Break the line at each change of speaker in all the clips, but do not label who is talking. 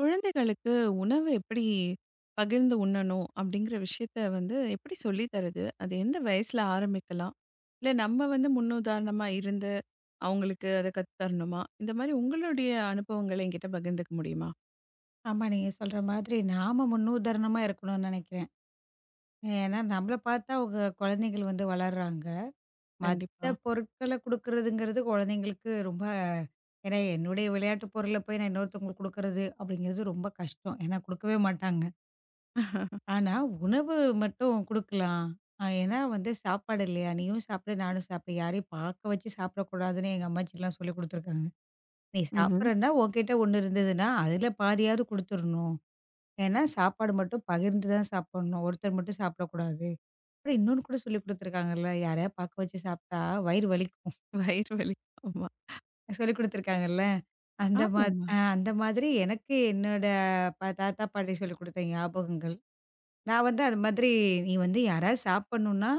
குழந்தைகளுக்கு உணவு எப்படி பகிர்ந்து உண்ணணும் அப்படிங்கிற விஷயத்த வந்து எப்படி சொல்லித் தருது? அது எந்த வயசுல ஆரம்பிக்கலாம்? இல்ல நம்ம வந்து முன்னுதாரணமா இருந்து அவங்களுக்கு அத கத்து தரணுமா? இந்த மாரி உங்களுடைய அனுபவங்கள என்கிட்ட பகிர்ந்துக்க முடியுமா?
ஆமா. நீங்க சொல்ற மாதிரி நாம முன்னுதாரணமா இருக்கணும்னு நினைக்கிறேன். ஏன்னா, நம்மள பார்த்து தான் அவங்க குழந்தைகள் வந்து வளர்றாங்க.
கண்டிப்பா.
மத்த பொருட்கள குடுக்குறதுங்கிறது குழந்தைங்களுக்கு ரொம்ப ஏன்னா என்னுடைய விளையாட்டு பொருள போய் நான் இன்னொருத்தவங்களுக்கு குடுக்குறது அப்படிங்கிறது ரொம்ப கஷ்டம். ஏன்னா குடுக்கவே மாட்டாங்க.
ம்ஹ்ம்.
ஆனா உணவு மட்டும் குடுக்கலாம். ஏன்னா வந்து சாப்பாடு இல்லையா? நீயும் சாப்பிடு, நானும் சாப்பிடு. யாரையும் பார்க்க வச்சு சாப்பிடக்கூடாதுன்னு எங்க அம்மாச்சிலாம் சொல்லிக் குடுத்துருக்காங்க. நீ சாப்பிடுறன்னா உன்கிட்ட ஒண்ணு இருந்ததுன்னா, அதில பாதியாவது குடுத்துறணும். ஏன்னா, சாப்பாடு மட்டும் பகிர்ந்து தான் சாப்பிடணும். ஒருத்தர் மட்டும் சாப்பிடக்கூடாது. அப்புறம் இன்னொன்னு கூட சொல்லிக் குடுத்துருக்காங்கல்ல, யாரையாவது பாக்க வச்சு சாப்ட்டா வயிறு வலிக்கும்.
வயிறு வலி. ஆமா.
சொல்லிக் குடுத்துருக்காங்கல்ல. அந்த மா
ஆமாமா.
அந்த மாதிரி எனக்கு என்னோட தாத்தா, பாட்டி சொல்லிக் குடுத்த ஞாபகங்கள். நான் வந்து அது மாதிரி நீ வந்து யாராவது சாப்பிடணும்னா,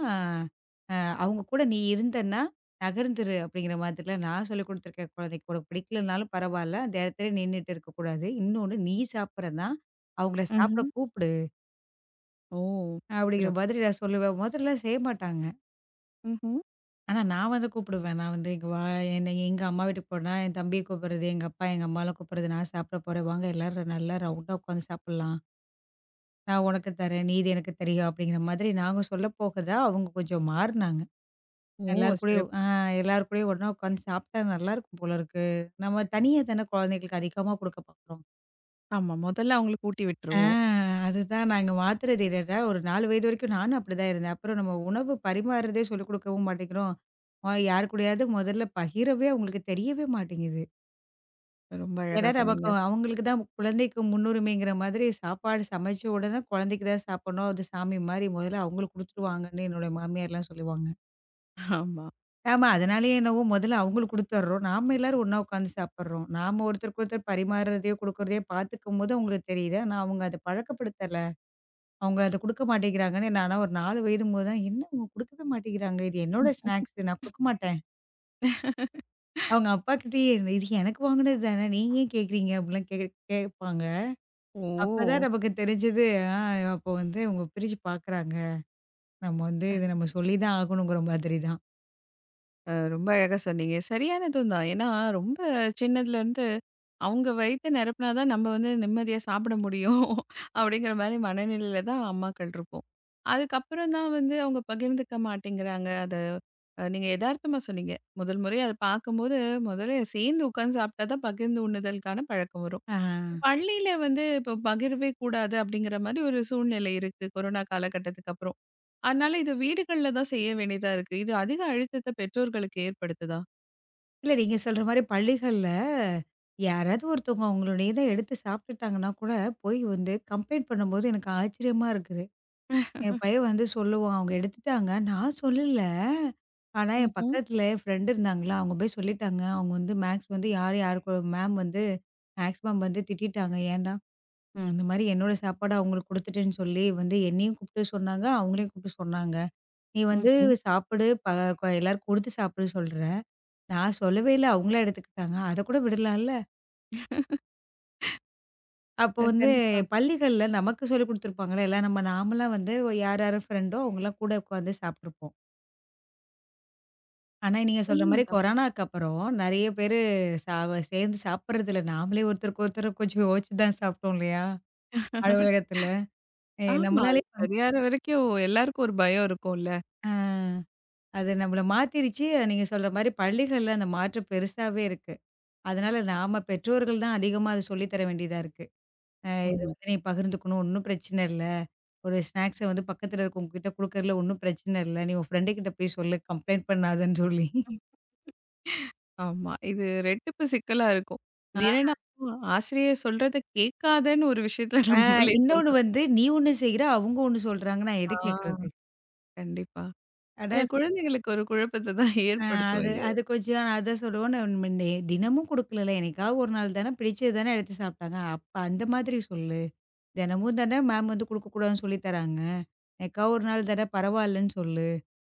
அ அவங்க கூட நீ இருந்தன்னா, நகர்ந்துரு அப்படிங்கிற மாதிரிலாம் நான் சொல்லிக் குடுத்துருக்கேன் குழந்தைக்கு. உனக்கு பிடிக்கலனாலும் பரவால்ல. அந்த இடத்துலயே நின்னுட்டு இருக்கக்கூடாது. இன்னொன்னு நீ சாப்பிடுறன்னா, அவங்கள சாப்பிட
ம்ஹ்ம்.
கூப்பிடு.
ஓ!
அப்படிங்கிற
சிறப்பு.
மாதிரி நான் சொல்லுவேன். முதல்ல செய்ய மாட்டாங்க.
ம்ஹ்ம்.
ஆனா நான் வந்து கூப்பிடுவேன். நான் வந்து "இங்க வா" என்ன எங்க அம்மா வீட்டுக்கு போனா, என் தம்பிய கூப்பிடுறது, எங்க அப்பா, எங்க அம்மாலாம் கூப்பிடுறது, "நான் சாப்பிட போறேன். வாங்க எல்லாரும் நல்லா ரவுண்டா உட்காந்து சாப்பிடலாம். நான் உனக்கு தரேன். நீ இது எனக்கு தரியா" அப்படிங்கிற மாதிரி நாங்க சொல்ல போக தான் அவங்க கொஞ்சம் மாறுனாங்க.
ஓ!
எல்லார் கூடயும்
சிறப்பு.
ஆ எல்லார் கூடயும் ஒண்ணா உட்காந்து சாப்பிட்டா நல்லாயிருக்கும் போல இருக்கு. நம்ம தனியா தானே குழந்தைங்களுக்கு அதிகமா குடுக்க பார்க்குறோம்.
ஆமா. முதல்ல அவங்களுக்கு ஊட்டி
ஆ
விட்டுருவோம்.
அதுதான் நாங்க மாத்துறது என்னன்னா, ஒரு 4 வயது வரைக்கும் நானும் அப்படிதான் இருந்தேன். அப்புறம் நம்ம உணவு பரிமாறுறதே சொல்லிக் கொடுக்கவும் மாட்டேங்கிறோம். யார் கூடயாவது முதல்ல பகிரவே அவங்களுக்கு தெரியவே மாட்டேங்குது.
ரொம்ப
ஏன்னா
அழகா
நமக்கு
சொன்னீங்க.
அவங்களுக்கு தான் குழந்தைக்கு முன்னுரிமைங்கிற மாதிரி சாப்பாடு சமைச்ச உடனே குழந்தைக்கு தான் சாப்பிடணும். அது சாமி மாரி முதல்ல அவங்களுக்கு குடுத்துட்டு வாங்கன்னு என்னோட மாமியார்லாம் சொல்லுவாங்க.
ஆமா.
ஆமா அதனாலயே என்னவோ முதல்ல அவங்களுக்கு குடுத்துடுறோம். நாம எல்லாரும் ஒண்ணா உட்காந்து சாப்பிடுறோம். நாம ஒருத்தருக்கு ஒருத்தர் பரிமாறுறதையோ, குடுக்குறதையோ பார்த்துக்கும்போது அவங்களுக்கு தெரியுது. ஆனா அவங்க அத பழக்கப்படுத்தல. அவங்க அத குடுக்க மாட்டேங்கிறாங்கன்னு, நானா ஒரு 4 வயதும்போது தான், "என்ன அவங்க குடுக்கவே மாட்டேங்கிறாங்க. இது என்னோட
ம்.
ஸ்நாக்ஸ். நான் குடுக்க மாட்டேன்." அவங்க அப்பாகிட்டயே, "இது எனக்கு வாங்குனது தானே. நீங்க ஏன் கேட்குறீங்க?" அப்படிலாம் கே கேட்பாங்க. அப்பதான்
ஓ!
நமக்கு தெரிஞ்சது, ஆ அப்போ வந்து அவங்க பிரிச்சு பார்க்குறாங்க. நம்ம வந்து இத நம்ம சொல்லி தான் ஆகணுங்கிற மாதிரி தான்.
ரொம்ப அழகா சொன்னீங்க. சரியானதும் தான். ஏன்னா, ரொம்ப சின்னதுலேருந்து அவங்க வயித்த நிரப்புனா தான் நம்ம வந்து நிம்மதியா சாப்பிட முடியும். அப்படிங்கிற மாரி மனநிலையில தான் அம்மாக்கள் இருப்போம். அதுக்கப்புறம் தான் வந்து அவங்க பகிர்ந்துக்க மாட்டேங்கிறாங்க. அத நீங்க எதார்த்தமா சொன்னீங்க. முதல் முறையா அத பார்க்கும்போது, முதல்ல சேர்ந்து உட்கார்ந்து சாப்பிட்டா தான் பகிர்ந்து உண்ணுதலுக்கான பழக்கம் வரும்.
ஆ.
பள்ளியில வந்து இப்போ பகிரவே கூடாது அப்படிங்கிற மாரி ஒரு சூழ்நிலை இருக்கு. கொரோனா காலகட்டத்துக்கு அப்புறம். அதனால இது வீடுகள்ல தான் செய்ய வேண்டியதா இருக்கு. இது அதிக அழுத்தத்த பெற்றோர்களுக்கு ஏற்படுத்துதா?
இல்ல நீங்க சொல்ற மாரி பள்ளிகள்ல யாராவது ஒருத்தவங்க அவங்களுடையத எடுத்து சாப்பிட்டுட்டாங்கன்னா கூட, போய் வந்து கம்ப்ளைண்ட் பண்ணும்போது எனக்கு ஆச்சரியமா இருக்குது. என் பையன் வந்து சொல்லுவான், "அவங்க எடுத்துட்டாங்க. நான் சொல்லல. ஆனா என்
ம்ஹ்ம்.
பக்கத்துல என் ஃப்ரெண்ட் இருந்தாங்களா, அவங்க போய் சொல்லிட்டாங்க. அவங்க வந்து மேக்ஸ் வந்து யார் யாருக்கு மேம் வந்து மேக்ஸ் மேம் வந்து திட்டிட்டாங்க. ஏன்டா ம் இந்த மாரி என்னோட சாப்பாடு அவங்களுக்கு குடுத்துட்டேன்னு சொல்லி வந்து என்னையும் கூப்பிட்டு சொன்னாங்க, அவங்களையும் கூப்பிட்டு சொன்னாங்க. நீ வந்து
ம்ஹ்ம்.
சாப்பிடு ப க எல்லாருக்கும் கொடுத்து சாப்பிடு சொல்ற. நான் சொல்லவே இல்ல. அவங்களா எடுத்துக்கிட்டாங்க. அத கூட விடலாம்ல?" அப்போ வந்து
கண்டிப்பா.
பள்ளிகள்ல நமக்கு சொல்லிக் குடுத்துருப்பாங்கல்ல. எல்லாம் நாமலாம் வந்து யார் யார் ஃப்ரெண்டோ அவங்கலாம் கூட உட்காந்து சாப்பிட்டுருப்போம். ஆனா, நீங்க சொல்ற மாரி
உண்மதான்.
கொரோனாக்கு அப்புறம் நெறைய பேரு சாவ சேர்ந்து சாப்பிடுறதில்ல. நாமளே ஒருத்தருக்கு ஒருத்தர் கொஞ்சம் யோசிச்சு தான் சாப்பிட்டோம் இல்லையா? அலுவலகத்துல. எ
ஆமா. அது
நம்மளாலே பண்
சரியாற வரைக்கும் எல்லாருக்கும் ஒரு பயம் இருக்கும்ல.
ஆ அது நம்மள மாத்திருச்சு. அது நீங்க சொல்ற மாரி பள்ளிகள்ல அந்த மாற்றம் பெருசாவே இருக்கு. அதனால நாம பெற்றோர்கள் தான் அதிகமா அத சொல்லி தர வேண்டியதா இருக்கு. "இது
உண்ம.
வந்து நீ பகிர்ந்துக்கணும். ஒண்ணும் பிரச்சனை இல்ல. ஒரு ஸ்நாக்ஸ வந்து பக்கத்துல இருக்கவங்ககிட்ட குடுக்கறதுல ஒண்ணும் பிரச்சனை இல்ல. நீ உன் ஃப்ரெண்டு கிட்ட போய் சொல்லு. கம்ப்ளைண்ட் பண்ணாதன்னு" சொல்லி.
ஆமா. இது ரெட்டிப்பு சிக்கலா இருக்கும். இது என்னன்னா ஆசிரியர் சொல்றத கேட்காதன்னு ஒரு விஷயத்துல
ஆ
நம்மளே
இன்னொன்னு
சொல்றோம்.
வந்து, நீ ஒண்ணு செய்ற, அவங்க ஒண்ணு சொல்றாங்க. நான் எத
ஆ
கேட்கறது?
கண்டிப்பா.
அட
ஏன்னா குழந்தைகளுக்கு ஒரு குழப்பத்த தான்
அ
ஏற்படுத்தும்
அது
இது.
அது கொஞ்சம் அத சொல்லுவோன்னு தினமும் குடுக்கலல்ல. என்னைக்காவது ஒரு நாள் தானே, பிடிச்சது தானே எடுத்து சாப்பிட்டாங்க. அப்ப அந்த மாதிரி சொல்லு. தினமும் தானே மேம் வந்து குடுக்கக்கூடாதுன்னு சொல்லி தராங்க. என்னைக்காவது ஒரு நாள் தானே பரவாயில்லன்னு சொல்லு.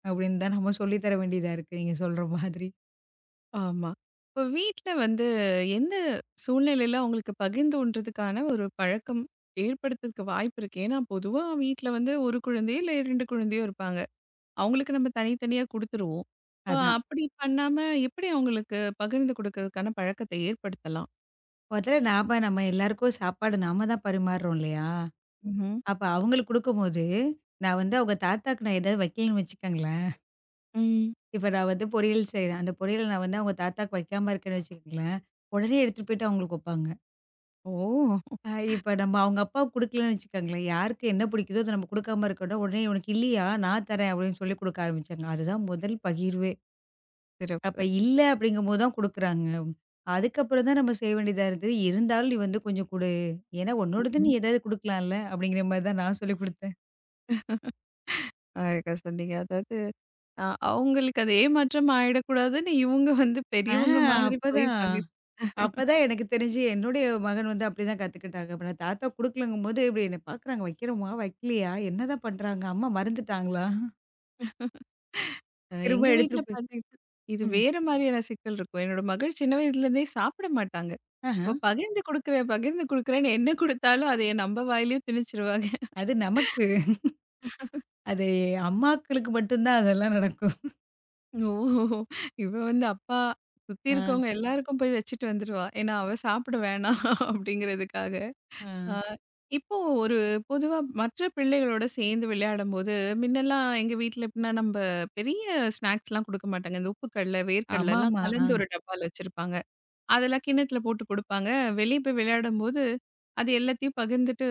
அப்படின்னு தான் நம்ம சொல்லி தர வேண்டியதா இருக்கு. நீங்க சொல்ற மாதிரி.
ஆமா. இப்போ வீட்ல வந்து எந்த சூழ்நிலையில அவங்களுக்கு பகிர்ந்தோன்றதுக்கான ஒரு பழக்கம் ஏற்படுத்துறதுக்கு வாய்ப்பு இருக்கு? ஏன்னா, பொதுவா வீட்ல வந்து 1 குழந்தையோ, இல்ல 2 குழந்தையோ இருப்பாங்க. அவங்களுக்கு நம்ம தனித்தனியா குடுத்துருவோம். இப்போ
அதான்.
அப்படி பண்ணாம எப்படி அவங்களுக்கு பகிர்ந்து குடுக்கறதுக்கான பழக்கத்த ஏற்படுத்தலாம்?
முதல்ல நாம நம்ம எல்லாருக்கும் சாப்பாடு நாம தான் பரிமாறுறோம் இல்லையா?
ம்ஹ்ம்.
அப்ப அவங்களுக்கு குடுக்கும்போது, நான் வந்து அவங்க தாத்தாக்கு நான் ஏதாவது வைக்கேன்னு வச்சுக்கோங்களேன்
ம்.
இப்ப நான் வந்து பொரியல் செய்றேன். அந்த பொரியல நான் வந்து அவங்க தாத்தாக்கு வைக்காம இருக்கேன்னு வச்சுக்கங்களேன், உடனே எடுத்துட்டு போயிட்டு அவங்களுக்கு வைப்பாங்க.
ஓ!
அ இப்ப நம்ம அவங்க அப்பாவுக்கு குடுக்கலன்னு வச்சுக்கோங்களேன், யாருக்கு என்ன பிடிக்குதோ அத நம்ம குடுக்காம இருக்கோம்னா, உடனே "உனக்கு இல்லையா? நான் தரேன்" அப்படின்னு சொல்லி குடுக்க ஆரம்பிச்சாங்க. அதுதான் முதல் பகிர்வே. அப்ப
சிறப்பு.
இல்ல அப்படிங்கும்போது தான் குடுக்குறாங்க. அதுக்கப்புறம் தான் நம்ம செய்ய வேண்டியதா இருந்தது. இருந்தாலும் நீ வந்து கொஞ்சம் குடு. ஏன்னா உன்னோடது
ம்ஹ்ம்.
நீ ஏதாவது குடுக்கலாம்ல அப்படிங்கிற மாரி தான் நான் சொல்லிக் குடுத்தேன்.
அழகா சொன்னீங்க. அதாவது அ அவங்களுக்கு அது ஏமாற்றம் ஆயிடக்கூடாதுன்னு இவங்க வந்து
ஆ
பெரியவங்க மாதிரி போய்
அப்பதான்.
பகிர்
அப்பதான் எனக்கு தெரிஞ்சு என்னுடைய மகன் வந்து அப்படிதான் கத்துக்கிட்டாங்க. அப்ப நான் தாத்தா குடுக்கலங்கும்போது இப்படி என்ன பார்க்குறாங்க, வைக்கிறோமா? வைக்கலையா? என்னதான் பண்றாங்க? அம்மா மறந்துட்டாங்களா? திரும்ப
எங்க
எடுத்துட்டு
வீட்ல
போய்
பாத்தீங்கன்னா, இது
ம்.
வேற மாரியான சிக்கல் இருக்கும். என்னோட மகள் சின்ன வயதுலேருந்தே சாப்பிட மாட்டாங்க.
ஆஹா.
அப்ப பகிர்ந்து குடுக்குறேன், பகிர்ந்து குடுக்குறேன்னு என்ன குடுத்தாலும் அதைய நம்ம வாயிலயும் திணிச்சுருவாங்க.
அது நமக்கு. அது அம்மாக்களுக்கு மட்டும் தான் அதெல்லாம் நடக்கும்.
ஓ! இவ வந்து அப்பா சுத்தி
ஆ,
இருக்கவங்க எல்லாருக்கும் போய் வச்சுட்டு வந்துருவா. ஏன்னா, அவ சாப்பிட வேணாம் அப்படிங்கிறதுக்காக.
ஆ.
அ இப்போ ஒரு பொதுவா மற்ற பிள்ளைகளோட சேர்ந்து விளையாடும்போது, முன்னெல்லாம் எங்க வீட்ல எப்படின்னா, நம்ப பெரிய ஸ்நாக்ஸ்லாம் குடுக்க மாட்டாங்க. இந்த உப்பு கடல, வேர்க்கடலைலாம்
ஆமாமா. ஆ.
கலந்து ஒரு டப்பால வச்சிருப்பாங்க. அதெல்லாம் கிண்ணத்துல போட்டு குடுப்பாங்க. வெளிய போய் விளையாடும்போது, அது எல்லாத்தையும் பகிர்ந்துட்டு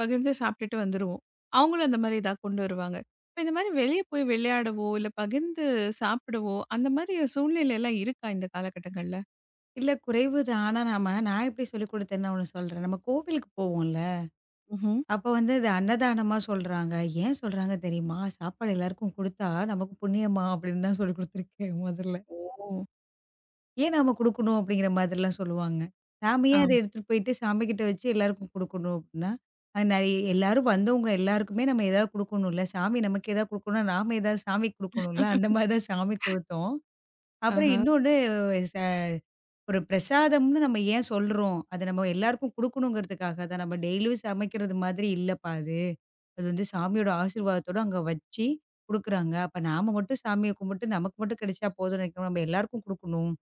பகிர்ந்து சாப்பிட்டுட்டு வந்துருவோம். அவங்களும் அந்த மாரி ஏதாவது கொண்டு வருவாங்க. இப்ப இந்த மாரி வெளிய போய் விளையாடவோ, இல்ல பகிர்ந்து சாப்பிடவோ, அந்த மாரி சூழ்நிலைலாம் இருக்கா இந்த காலகட்டங்கள்ல?
இல்ல குறைவு தான். ஆனா நாம நான் எப்படி சொல்லிக் குடுத்தேன்னு நான் உனக்கு சொல்றேன். நம்ம கோவிலுக்கு போவோம்ல,
ம்ஹ்ம்.
அப்ப வந்து இது அன்னதானமா சொல்றாங்க. ஏன் சொல்றாங்க தெரியுமா? சாப்பாடு எல்லாருக்கும் குடுத்தா நமக்கு புண்ணியமா அப்படின்னு தான் சொல்லிக் குடுத்துருக்கேன் முதல்ல.
ஓ!
ஏன் நாம குடுக்கணும் அப்படிங்கிற மாதிரிலாம் சொல்லுவாங்க. நாம ஏன் அத
ஆம்.
எடுத்துட்டு போயிட்டு சாமி கிட்ட வச்சு எல்லாருக்கும் குடுக்கணும் அப்படின்னா, அது நெறைய எல்லாரும் வந்தவங்க எல்லாருக்குமே நம்ம ஏதாவது குடுக்கணும்ல. சாமி நமக்கு ஏதாவது குடுக்கணும்னா, நாம ஏதாவது சாமிக்கு குடுக்கணும்ல. அந்த மாதிரி தான் சாமிக்கு கொடுத்தோம். அப்புறம்
ஆஹா.
இன்னொன்னு ச ஒரு பிரசாதம்னு நம்ம ஏன் சொல்றோம்? அத நம்ம எல்லாருக்கும் குடுக்கணுங்கிறதுக்காக தான். நம்ம டெய்லியும் சமைக்கிறது மாதிரி இல்லப்பா அது. அது வந்து சாமியோட ஆசீர்வாதத்தோட அங்க வச்சு குடுக்குறாங்க. அப்ப நாம மட்டும் சாமிய கும்பிட்டு நமக்கு மட்டும் கிடைச்சா போதும்னு நினைக்காம நம்ம எல்லாருக்கும் குடுக்கணும்.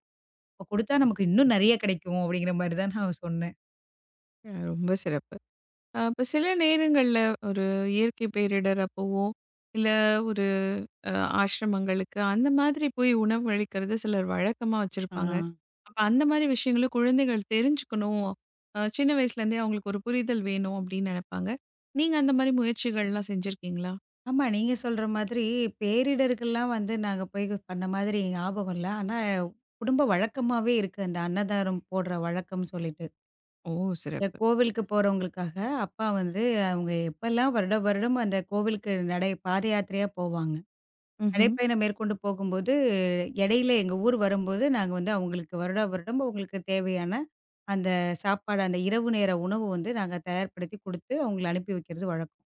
அப்ப குடுத்தா நமக்கு இன்னும் நெறைய கிடைக்கும் அப்படிங்கிற மாரி தான் நான் சொன்னேன்.
ரொம்ப சிறப்பு. இப்ப சில நேரங்கள்ல ஒரு இயற்கை பேரிடர் அப்பவோ, இல்ல ஒரு அ ஆசிரமங்களுக்கு அந்த மாதிரி போய் உணவளிக்கிறது சிலர் வழக்கமா
ஆ.
வச்சிருப்பாங்க. அப்ப அந்த மாரி விஷயங்களும் குழந்தைகள் தெரிஞ்சுக்கணும். சின்ன வயசுலேருந்தே அவங்களுக்கு ஒரு புரிதல் வேணும் அப்படின்னு நெனைப்பாங்க. நீங்க அந்த மாரி முயற்சிகள்லாம் செஞ்சிருக்கீங்களா?
ஆமா, நீங்க சொல்ற மாதிரி பேரிடருக்கெல்லாம் வந்து நாங்க போய் பண்ண மாதிரி ஞாபகம் இல்ல. ஆனா குடும்ப வழக்கமாவே இருக்கு அந்த அன்னதானம் போடுற வழக்கம்னு சொல்லிட்டு.
ஓ!
இந்த
சிறப்பு.
கோவிலுக்கு போறவங்களுக்காக அப்பா வந்து அவங்க எப்பல்லாம் வருட வருடம் அந்த கோவிலுக்கு நடை பாதயாத்திரையா போவாங்க.
ம்ஹ்ம்.
நடைப்பயணம் மேற்கொண்டு போகும்போது இடையில எங்க ஊர் வரும்போது, நாங்க வந்து அவங்களுக்கு வருடா வருடம் அவங்களுக்கு தேவையான அந்த சாப்பாடு, அந்த இரவு நேர உணவு வந்து நாங்க தயார்படுத்தி குடுத்து, அவங்கள அனுப்பி வைக்கிறது வழக்கம்.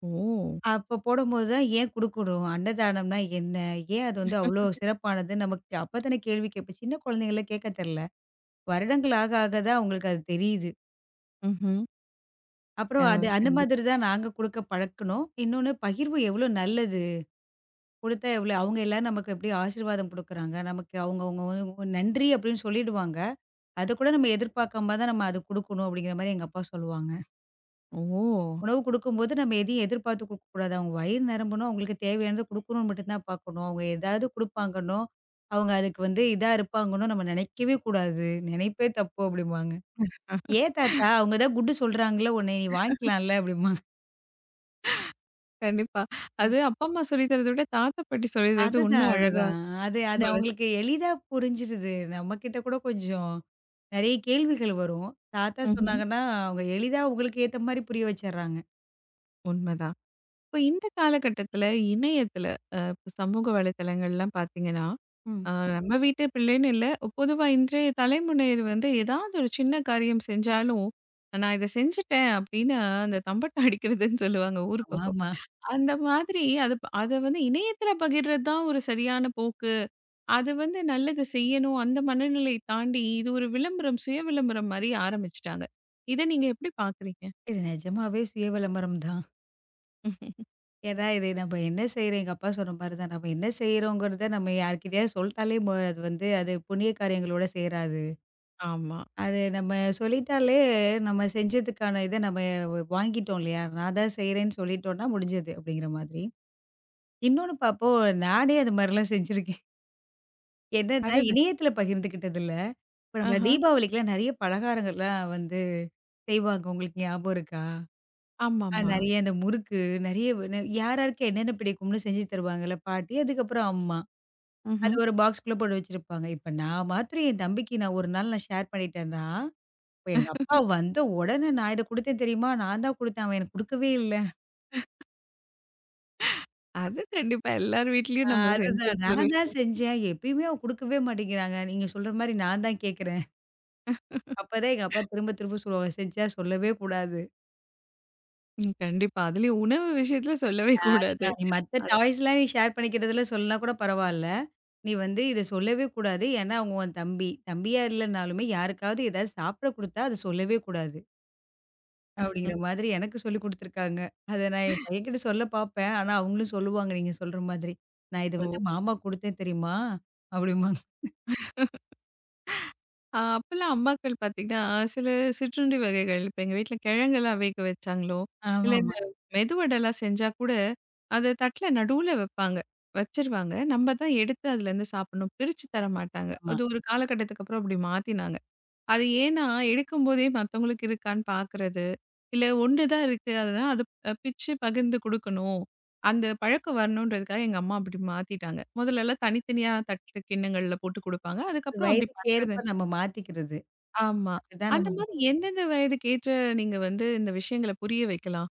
ஓ!
அப்ப போடும்போது தான் ஏன் குடுக்கணும்? அன்னதானம்னா என்ன? ஏன் அது வந்து அவ்ளோ சிறப்பானது? நமக்கு அப்பதானே கேள்வி கேட்போம். சின்ன குழந்தைங்கள்லாம் கேட்க தெர்ல. வருடங்கள் ஆக ஆக தான் அவங்களுக்கு அது தெரியுது.
ம்ஹ்ம். அ
அப்புறம் அது அந்த
கண்டி
மாதிரி தான் நாங்க குடுக்க பழக்குனோம். இன்னொன்னு பகிர்வு எவ்ளோ நல்லது. குடுத்தா எவ்ளோ அவங்க எல்லாரும் நமக்கு எப்படி ஆசீர்வாதம் குடுக்குறாங்க. நமக்கு அவங்கவங்க நன்றி அப்படின்னு சொல்லிடுவாங்க. அது கூட நம்ம எதிர்பார்க்காம தான் நம்ம அது குடுக்கணும் அப்படிங்கிற மாரி எங்க அப்பா சொல்லுவாங்க.
ஓ!
உணவு குடுக்கும்போது நம்ம எதையும் எதிர்பார்த்து குடுக்கக்கூடாது. அவங்க வயிறு நிரம்பணும், அவங்களுக்கு தேவையானத குடுக்கணும்னு மட்டும் தான் பார்க்கணும். அவங்க ஏதாவது குடுப்பாங்கன்னோ, அவங்க அதுக்கு வந்து இதா இருப்பாங்கன்னோ நம்ம நினைக்கவே கூடாது. நினைப்பே தப்பு அப்படிம்பாங்க. "ஏன் தாத்தா அவங்க தான் குட்டு சொல்றாங்கல்ல உன்னை நீ வாங்கிக்கலாம்ல" அப்படிம்பாங்க.
கண்டிப்பா.
ம்.
அது அப்பா, அம்மா சொல்லி தரத விட தாத்தா, பாட்டி சொல்லி தரது
அதுதான்,
இன்னும் அழகா
அதுதான். அது
இருக்கும்
அது
மனசு.
அவங்களுக்கு எளிதா புரிஞ்சிருது. நம்மகிட்ட கூட கொஞ்சம் நெறைய கேள்விகள் வரும். தாத்தா
ம்ஹ்ம்.
சொன்னாங்கன்னா, அவங்க எளிதா அவங்களுக்கு ஏத்த மாரி புரிய வச்சர்றாங்க.
உண்மதான். இப்போ இந்த காலகட்டத்துல இணையத்துல இப்ப சமூக வலைத்தளங்கள்லாம் பார்த்தீங்கன்னா,
ம்.
அ நம்ம வீட்டு பிள்ளைன்னு இல்ல, பொதுவா இன்றைய தலைமுறையினர் வந்து ஏதாவது ஒரு சின்ன காரியம் செஞ்சாலும், "நான் இத செஞ்சுட்டேன்" அப்படின்னு அந்த தம்பட்டை அடிக்கிறதுன்னு சொல்லுவாங்க ஊர் பக்கம்.
ஆமாமா.
அந்த மாதிரி அது அத வந்து இணையத்துல பகிர்றது தான் ஒரு சரியான போக்கு. அது வந்து நல்லது செய்யணும் அந்த மனநிலையை தாண்டி இது ஒரு விளம்பரம், சுய விளம்பரம் மாரி ஆரம்பிச்சுட்டாங்க. இத நீங்க எப்படி பார்க்குறீங்க?
இது நிஜமாவே சுய விளம்பரம் தான். ஏன்னா, இது நம்ம என்ன செய்றோம் எங்க அப்பா சொன்ன மாரி தான். நம்ம என்ன செய்றோங்கிறத நம்ம யார்கிட்டயாவது சொல்ட்டாலே அது வந்து அது புண்ணிய காரியங்களோட சேராது.
ஆமா.
அது நம்ம சொல்லிட்டாலே நம்ம செஞ்சதுக்கான இத நம்ம வாங்கிட்டோம் இல்லையா? நான் தான் செய்றேன்னு சொல்லிட்டோம்னா முடிஞ்சது அப்படிங்கிற மாதிரி. இன்னொன்னு பார்ப்போம் நானே அது மாரிலாம் செஞ்சிருக்கேன். என்னன்னா
அடடா!
இணையத்தில பகிர்ந்துக்கிட்டதில்ல. இப்ப நம்ம
ஆஹா.
தீபாவளிக்குலாம் நெறைய பலகாரங்கள்லாம் வந்து செய்வாங்க. உங்களுக்கு ஞாபகம் இருக்கா? ஆ
ஆமாமா.
நெறைய இந்த முறுக்கு, நெறைய யார் யாருக்கு என்னென்ன பிடிக்கும்னு செஞ்சு தருவாங்கல்ல பாட்டி, அதுக்கப்புறம் அம்மா. அது
ம்ஹ்ம்.
ஒரு பாக்ஸ்க்குள்ள போட்டு வச்சிருப்பாங்க. இப்ப நான் மாத்திரம் என் தம்பிக்கு நான் ஒரு நாள் நான் ஷேர் பண்ணிட்டேன்னா, இப்ப எங்க அப்பா வந்த உடனே நான் இத குடுத்தேன் தெரியுமா? நான் தான் குடுத்தேன். அவன் எனக்கு குடுக்கவே இல்ல.
அது கண்டிப்பா. எல்லார்
ஆ
வீட்லயும் நம்ம
அதுதான்.
செஞ்சிருக்க ஒரு
நான் தான்
விஷயம்.
செஞ்சேன். எப்பயுமே அவன் குடுக்கவே மாட்டேங்கிறாங்க. நீங்க சொல்ற மாரி நான் தான் கேட்கிறேன். அப்பதான் எங்க அப்பா திரும்ப திரும்ப சொல்லுவாங்க. செஞ்சா சொல்லவே கூடாது.
ம். கண்டிப்பா. அதுலயும் உணவு விஷயத்துல சொல்லவே கூடாது.
அதான் நீ மத்த
அது
டாய்ஸ்லாம் நீ ஷேர் பண்ணிக்கிறதுல சொல்லலனா கூட பரவால்ல. நீ வந்து இத சொல்லவே கூடாது. ஏன்னா, அவங்க உன் தம்பி. தம்பியா இல்லனாலுமே யாருக்காவது ஏதாவது சாப்பிட குடுத்தா அத சொல்லவே கூடாது.
ம்.
அப்படிங்கிற மாதிரி எனக்கு சொல்லிக் குடுத்துருக்காங்க. அத நான் என் பையன்கிட்ட சொல்ல பாப்பேன். ஆனா, அவங்களும் சொல்லுவாங்க நீங்க சொல்ற மாதிரி. நான் இது வந்து
ஓ!
மாமா குடுத்தேன் தெரியுமா? அப்படிம்பாங்க.
அப்பலாம் அம்மாக்கள் பார்த்தீங்கன்னா, சில சிற்றுண்டி வகைகள் இப்ப எங்க வீட்ல கிழங்கெல்லாம் வேக வச்சாங்களோ, இல்ல இந்த
ஆமாமா.
மெதுவடைலாம் செஞ்சா கூட, அத தட்ல நடுவுல வைப்பாங்க. வச்சுருவாங்க. நம்ம தான் எடுத்து அதுலேருந்து சாப்பிடணும். பிரிச்சு தர மாட்டாங்க.
ஆமா.
அது ஒரு காலகட்டத்துக்கு அப்புறம் அப்படி மாத்தினாங்க. அது ஏன்னா, எடுக்கும்போதே மத்தவங்களுக்கு இருக்கான்னு பார்க்குறது. இல்ல 1 தான் இருக்கு. அதுதான் அது பிச்சு பகிர்ந்து குடுக்கணும். அந்த பழக்கம் வரணுன்றதுக்காக எங்க அம்மா அப்படி மாத்திட்டாங்க. முதல்லலாம் தனித்தனியா தட்டு, கிண்ணங்கள்ல போட்டு குடுப்பாங்க. அதுக்கப்புறம் அப்படி
வயதுக்கு
பண்றது
ஏற்ப நம்ம மாத்திக்கிறது.
ஆமா.
அப்படிதான்
அந்த
நம்ம
மாதிரி எந்தெந்த வயதுக்கு ஏற்ற நீங்க வந்து இந்த விஷயங்கள புரிய வைக்கலாம்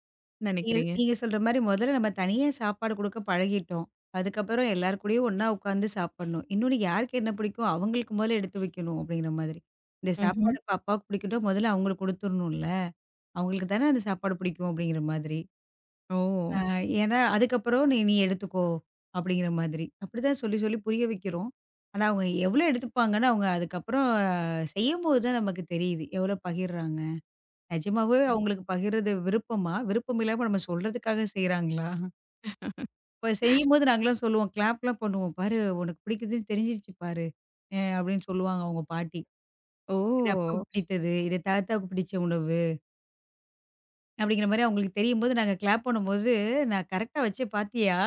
நீங்க
நினைக்கிறீங்க?
நீங்க சொல்ற மாரி முதல்ல நம்ம தனியா சாப்பாடு குடுக்க பழகிட்டோம். அதுக்கப்புறம் எல்லார் கூடயும் ஒண்ணா உட்காந்து சாப்பிடணும். இன்னொன்னு யாருக்கு என்ன பிடிக்கும், அவங்களுக்கு முதல்ல எடுத்து வைக்கணும் அப்படிங்கிற மாதிரி. இந்த
ம்ஹ்ம்.
சாப்பாடு இப்ப அப்பாவுக்கு பிடிக்கும்னா முதல்ல அவங்களுக்கு குடுத்துரணும்ல. அவங்களுக்கு தானே அந்த சாப்பாடு பிடிக்கும் அப்படிங்கிற மாதிரி.
ஓ!
அ ஏன்னா அதுக்கப்புறம் நீ நீ எடுத்துக்கோ அப்படிங்கிற மாதிரி. அப்படிதான் சொல்லி சொல்லி புரிய வைக்கிறோம். ஆனா அவங்க எவ்வளோ எடுத்துப்பாங்கன்னு அவங்க அதுக்கப்புறம் செய்யும்போது தான் நமக்கு தெரியுது. எவ்வளோ பகிர்றாங்க. நிஜமாவே அவங்களுக்கு பகிர்றது விருப்பமா? விருப்பம் இல்லாம நம்ம சொல்றதுக்காக செய்றாங்களா? இப்ப செய்யும்போது நாங்கலாம் சொல்லுவோம். கிளாப்லாம் பண்ணுவோம். "பாரு உனக்கு பிடிக்குதுன்னு தெரிஞ்சிருச்சு பாரு" அப்படின்னு சொல்லுவாங்க அவங்க பாட்டி. "இது
ஓ!
அப்பாவுக்கு பிடித்தது. இது தாத்தாவுக்கு பிடிச்ச உணவு." அப்படிங்கிற மாரி அவங்களுக்கு தெரியும்போது நாங்க கிளாப் பண்ணும்போது, "நான் கரெக்ட்டா வச்சேன் பாத்தியா?"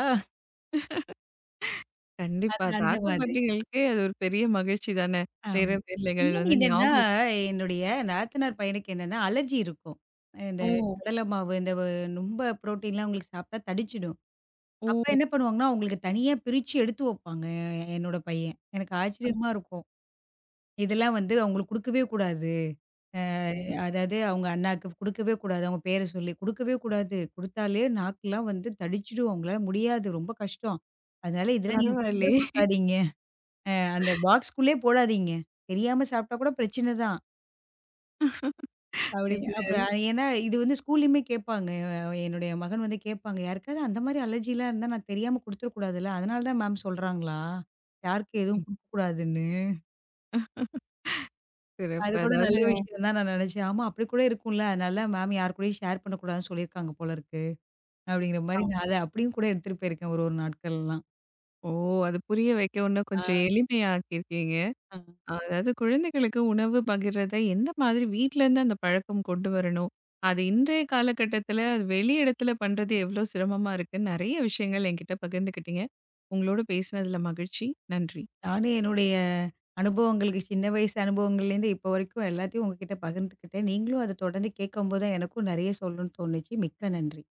கண்டிப்பா.
அது அந்த
தாத்தா,
மாதிரி.
பாட்டிகளுக்கே அது ஒரு பெரிய மகிழ்ச்சி தானே!
ஆமா.
பேரன், பேரலைகள்
இன்னொன்னு
வந்து
என்னன்னா,
ஞாபகம் வச்சு-
என்னுடைய நாத்தனார் பையனுக்கு என்னன்னா அலர்ஜி இருக்கும். இந்த
ஓ!
கடல மாவு, இந்த வ ரொம்ப புரோட்டீன்லாம் அவங்களுக்கு சாப்பிட்டா தடிச்சிடும். அப்ப
ஓ!
என்ன பண்ணுவாங்கன்னா, அவங்களுக்கு தனியா பிரிச்சு எடுத்து வைப்பாங்க, என்னோட பையன். எனக்கு ஆச்சரியமா இருக்கும். இதெல்லாம் வந்து அவங்களுக்கு குடுக்கவே கூடாது. அ ம். அதாவது அவங்க அண்ணாக்கு குடுக்கவே கூடாது. அவங்க பேர சொல்லி குடுக்கவே கூடாது. குடுத்தாலே நாக்குலாம் வந்து தடிச்சுடும். அவங்களால முடியாது. ரொம்ப கஷ்டம். அதனால இதெல்லாம் நீங்க குடுக்கவே
பரவாயில்லையே!
குடுக்காதீங்க. அந்த பாக்ஸ்க்குள்ளே போடாதீங்க. தெரியாம சாப்பிட்டா கூட பிரச்சனை தான். அப்படி
இது
அப்புறம் அது ஏன்னா இது வந்து ஸ்கூல்லயுமே கேட்பாங்க. என்னுடைய மகன் வந்து கேட்பாங்க. யாருக்காவது அந்த மாரி அலர்ஜிலாம் இருந்தா நான் தெரியாம குடுத்துறக்கூடாதுல்ல. அதனால தான் மேம் சொல்றாங்களா? யாருக்கும் எதுவும் குடுக்கக்கூடாதுன்னு. அது
சிறப்பு.
கூட நல்ல
அதாவது
விஷயம் தான் நான் நினைச்சேன். ஆமா அப்படி கூட இருக்கும்ல. அதனால மேம் யார் கூடயும் ஷேர் பண்ணக்கூடாதுன்னு சொல்லியிருக்காங்க போல இருக்கு. அப்படிங்கிற மாரி
ஆமா.
நான் அத அப்படியும் கூட எடுத்துட்டு போயிருக்கேன் ஒரு ஒரு நாட்கள்லாம்.
ஓ! அது புரிய வைக்க இன்னும் கொஞ்சம்
ஆ.
எளிமையாக்கியிருக்கீங்க.
ஆ.
அதாவது குழந்தைகளுக்கு உணவு பகிர்றத எந்த மாதிரி வீட்லருந்து அந்த பழக்கம் கொண்டு வரணும்? அது இன்றைய காலகட்டத்தில வெளி இடத்துல பண்றது எவ்ளோ சிரமமா இருக்குன்னு நெறைய விஷயங்கள் என்கிட்ட பகிர்ந்துக்கிட்டீங்க. உங்களோட பேசினதுல மகிழ்ச்சி. நன்றி.
நானும் என்னுடைய அனுபவங்களுக்கு சின்ன வயசு அனுபவங்கள்லேருந்து இப்போ வரைக்கும் எல்லாத்தையும் உங்ககிட்ட பகிர்ந்துக்கிட்டேன். நீங்களும் அத தொடர்ந்து கேட்கும்போது தான் எனக்கும் நெறைய சொல்லணும்னு தோணுச்சு. மிக்க நன்றி.